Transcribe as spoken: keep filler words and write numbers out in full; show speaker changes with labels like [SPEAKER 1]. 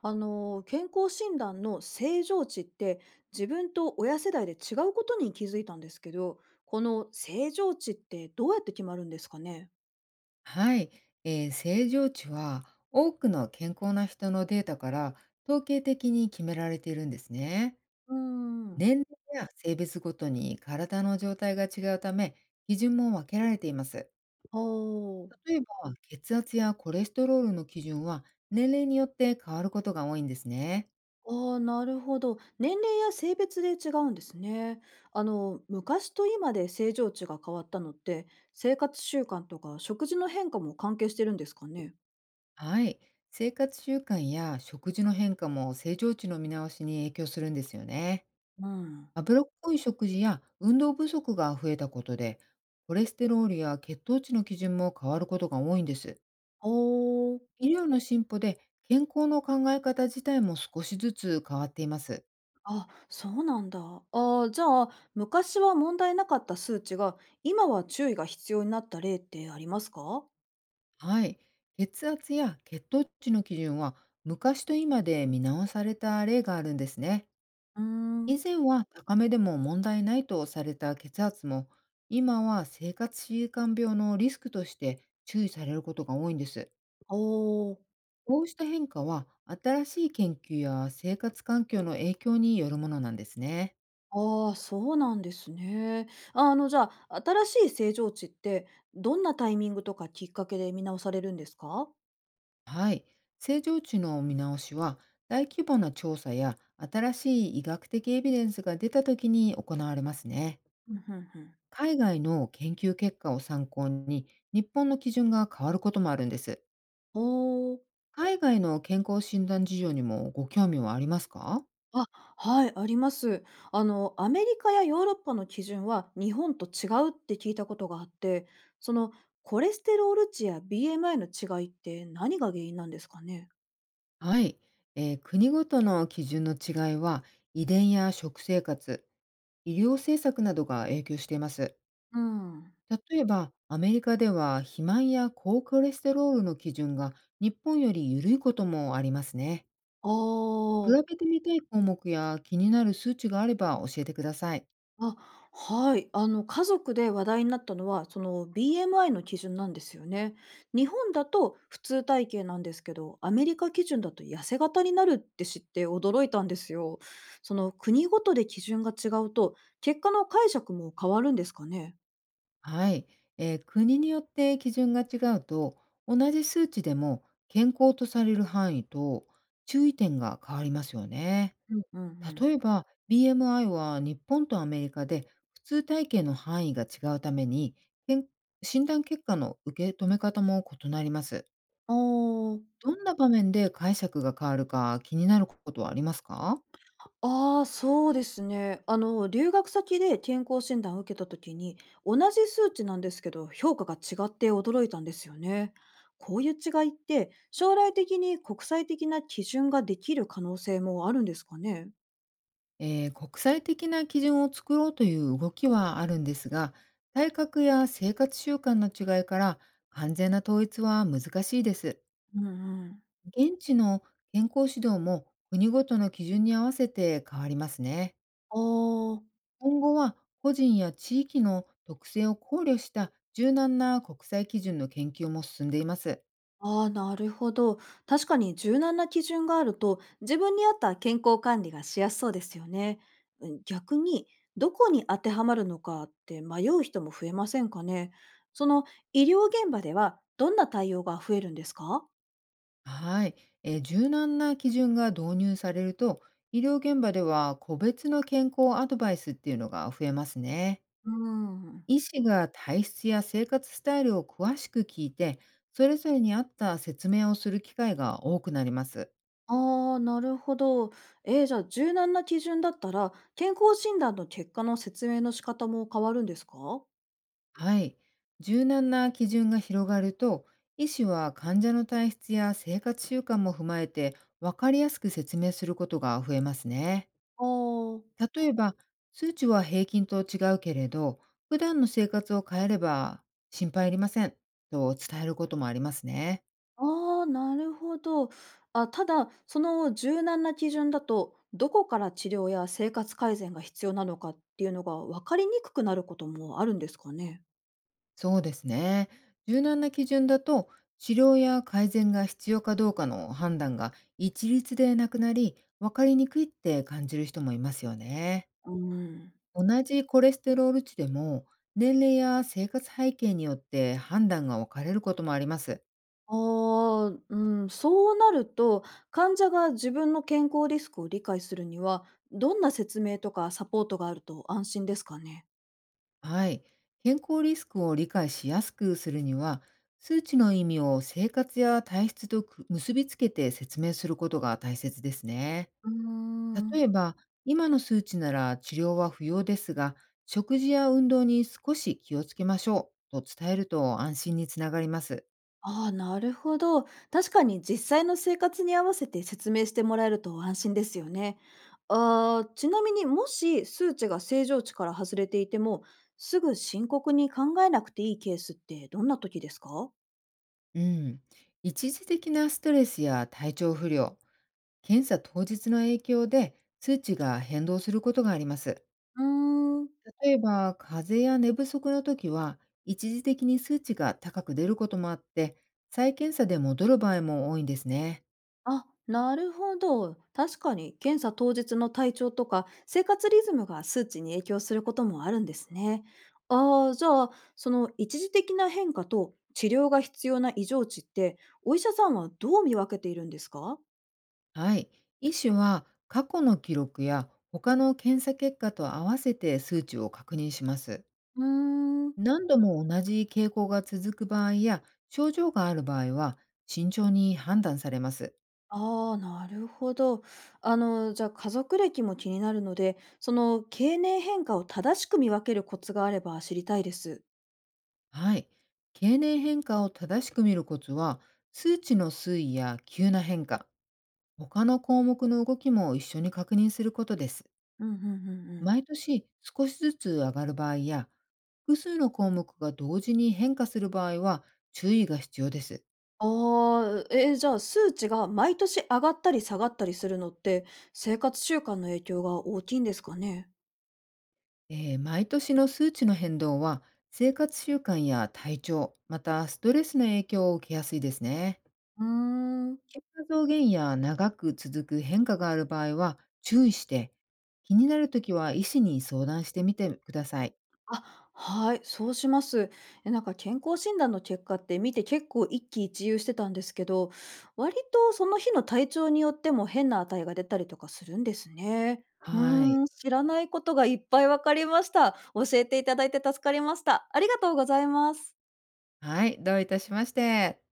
[SPEAKER 1] あの健康診断の正常値って自分と親世代で違うことに気づいたんですけど、この正常値ってどうやって決まるんですかね？
[SPEAKER 2] はい、えー正常値は多くの健康な人のデータから統計的に決められているんですね。
[SPEAKER 1] うーん。
[SPEAKER 2] 年齢や性別ごとに体の状態が違うため、基準も分けられています。
[SPEAKER 1] あー。
[SPEAKER 2] 例えば、血圧やコレステロールの基準は年齢によって変わることが多いんですね。
[SPEAKER 1] ああ、なるほど。年齢や性別で違うんですね。あの、昔と今で正常値が変わったのって、生活習慣とか食事の変化も関係してるんですかね？
[SPEAKER 2] はい、生活習慣や食事の変化も正常値の見直しに影響するんですよね。
[SPEAKER 1] うん。
[SPEAKER 2] 脂っこい食事や運動不足が増えたことで、コレステロールや血糖値の基準も変わることが多いんです。
[SPEAKER 1] あー。
[SPEAKER 2] 医療の進歩で健康の考え方自体も少しずつ変わっています。
[SPEAKER 1] あ、そうなんだ。あー、じゃあ、昔は問題なかった数値が、今は注意が必要になった例ってありますか？
[SPEAKER 2] はい。血圧や血糖値の基準は昔と今で見直された例があるんですね。
[SPEAKER 1] うーん。
[SPEAKER 2] 以前は高めでも問題ないとされた血圧も、今は生活習慣病のリスクとして注意されることが多いんです。
[SPEAKER 1] おー。
[SPEAKER 2] こうした変化は、新しい研究や生活環境の影響によるものなんですね。
[SPEAKER 1] ああ、そうなんですね。あの、じゃあ、新しい正常値って、どんなタイミングとかきっかけで見直されるんですか？
[SPEAKER 2] はい。正常値の見直しは、大規模な調査や新しい医学的エビデンスが出た時に行われますね。
[SPEAKER 1] うん、ふんふん。
[SPEAKER 2] 海外の研究結果を参考に、日本の基準が変わることもあるんです。
[SPEAKER 1] おー。
[SPEAKER 2] 海外の健康診断事情にもご興味はありますか？
[SPEAKER 1] あ、はい、あります。あの、アメリカやヨーロッパの基準は日本と違うって聞いたことがあって、そのコレステロール値や ビーエムアイ の違いって何が原因なんですかね？
[SPEAKER 2] はい、えー国ごとの基準の違いは、遺伝や食生活、医療政策などが影響しています。
[SPEAKER 1] うん。
[SPEAKER 2] 例えば、アメリカでは肥満や高コレステロールの基準が日本より緩いこともありますね。
[SPEAKER 1] あ
[SPEAKER 2] 比
[SPEAKER 1] あ。
[SPEAKER 2] べてみたい項目や気になる数値があれば教えてください。
[SPEAKER 1] あ、はい。あの、家族で話題になったのは、その ビーエムアイ の基準なんですよね。日本だと普通体型なんですけど、アメリカ基準だと痩せ型になるって知って驚いたんですよ。その国ごとで基準が違うと、結果の解釈も変わるんですかね。
[SPEAKER 2] はい、えー国によって基準が違うと、同じ数値でも健康とされる範囲と注意点が変わりますよね。
[SPEAKER 1] うんうんうん。
[SPEAKER 2] 例えば ビーエムアイ は日本とアメリカで普通体型の範囲が違うために健診断結果の受け止め方も異なります。
[SPEAKER 1] ああ
[SPEAKER 2] どんな場面で解釈が変わるか気になることはありますか？
[SPEAKER 1] ああ、そうですね。あの、留学先で健康診断を受けた時に、同じ数値なんですけど、評価が違って驚いたんですよね。こういう違いって、将来的に国際的な基準ができる可能性もあるんですかね？
[SPEAKER 2] えー国際的な基準を作ろうという動きはあるんですが、体格や生活習慣の違いから完全な統一は難しいです。
[SPEAKER 1] うんうん。
[SPEAKER 2] 現地の健康指導も国ごとの基準に合わせて変わりますね。
[SPEAKER 1] ああ。
[SPEAKER 2] 今後は個人や地域の特性を考慮した柔軟な国際基準の研究も進んでいます。
[SPEAKER 1] ああ、なるほど。確かに柔軟な基準があると、自分に合った健康管理がしやすそうですよね。うん。逆に、どこに当てはまるのかって迷う人も増えませんかね。その、医療現場ではどんな対応が増えるんですか？
[SPEAKER 2] はい、えー柔軟な基準が導入されると、医療現場では個別の健康アドバイスっていうのが増えますね。
[SPEAKER 1] うーん。
[SPEAKER 2] 医師が体質や生活スタイルを詳しく聞いて、それぞれに合った説明をする機会が多くなります。
[SPEAKER 1] ああー、なるほど。えー、じゃあ柔軟な基準だったら、健康診断の結果の説明の仕方も変わるんですか？
[SPEAKER 2] はい。柔軟な基準が広がると、医師は患者の体質や生活習慣も踏まえて、分かりやすく説明することが増えますね。
[SPEAKER 1] ああー。
[SPEAKER 2] 例えば、数値は平均と違うけれど、普段の生活を変えれば心配いりませんと伝えることもありますね。
[SPEAKER 1] ああ、なるほど。あ、ただ、その柔軟な基準だと、どこから治療や生活改善が必要なのかっていうのが分かりにくくなることもあるんですかね？
[SPEAKER 2] そうですね。柔軟な基準だと、治療や改善が必要かどうかの判断が一律でなくなり、分かりにくいって感じる人もいますよね。
[SPEAKER 1] うん。
[SPEAKER 2] 同じコレステロール値でも、年齢や生活背景によって判断が分かれることもあります。
[SPEAKER 1] ああ、うん、そうなると、患者が自分の健康リスクを理解するには、どんな説明とかサポートがあると安心ですかね？
[SPEAKER 2] はい。健康リスクを理解しやすくするには、数値の意味を生活や体質とく結びつけて説明することが大切ですね。
[SPEAKER 1] うー
[SPEAKER 2] 例
[SPEAKER 1] ん。
[SPEAKER 2] えば、今の数値なら治療は不要ですが、食事や運動に少し気をつけましょうと伝えると安心につながります。
[SPEAKER 1] ああ、なるほど。確かに実際の生活に合わせて説明してもらえると安心ですよね。ああ、ちなみにもし数値が正常値から外れていても、すぐ深刻に考えなくていいケースってどんな時ですか？
[SPEAKER 2] うん。一時的なストレスや体調不良、検査当日の影響で数値が変動することがあります。
[SPEAKER 1] うーん。
[SPEAKER 2] 例えば、風邪や寝不足の時は、一時的に数値が高く出ることもあって、再検査で戻る場合も多いんですね。
[SPEAKER 1] あ、なるほど。確かに検査当日の体調とか生活リズムが数値に影響することもあるんですね。ああ、じゃあ、その一時的な変化と治療が必要な異常値って、お医者さんはどう見分けているんですか？
[SPEAKER 2] はい。医師は過去の記録や他の検査結果と合わせて数値を確認します。
[SPEAKER 1] うーん。
[SPEAKER 2] 何度も同じ傾向が続く場合や症状がある場合は、慎重に判断されます。
[SPEAKER 1] ああ、なるほど。あの、じゃあ家族歴も気になるので、その経年変化を正しく見分けるコツがあれば知りたいです。
[SPEAKER 2] はい。経年変化を正しく見るコツは、数値の推移や急な変化、他の項目の動きも一緒に確認することです。
[SPEAKER 1] うんうんうんうん。
[SPEAKER 2] 毎年少しずつ上がる場合や、複数の項目が同時に変化する場合は注意が必要です。
[SPEAKER 1] ああ、えーじゃあ、数値が毎年上がったり下がったりするのって、生活習慣の影響が大きいんですかね？
[SPEAKER 2] えー毎年の数値の変動は、生活習慣や体調、またストレスの影響を受けやすいですね。
[SPEAKER 1] うーん。
[SPEAKER 2] 結果増減や長く続く変化がある場合は注意して、気になるときは医師に相談してみてください。
[SPEAKER 1] あ、はい、そうします。え、なんか健康診断の結果って見て結構一喜一憂してたんですけど、割とその日の体調によっても変な値が出たりとかするんですね。う
[SPEAKER 2] は
[SPEAKER 1] ー
[SPEAKER 2] い。
[SPEAKER 1] ん、知らないことがいっぱい分かりました。教えていただいて助かりました。ありがとうございます。
[SPEAKER 2] はい、どういたしまして。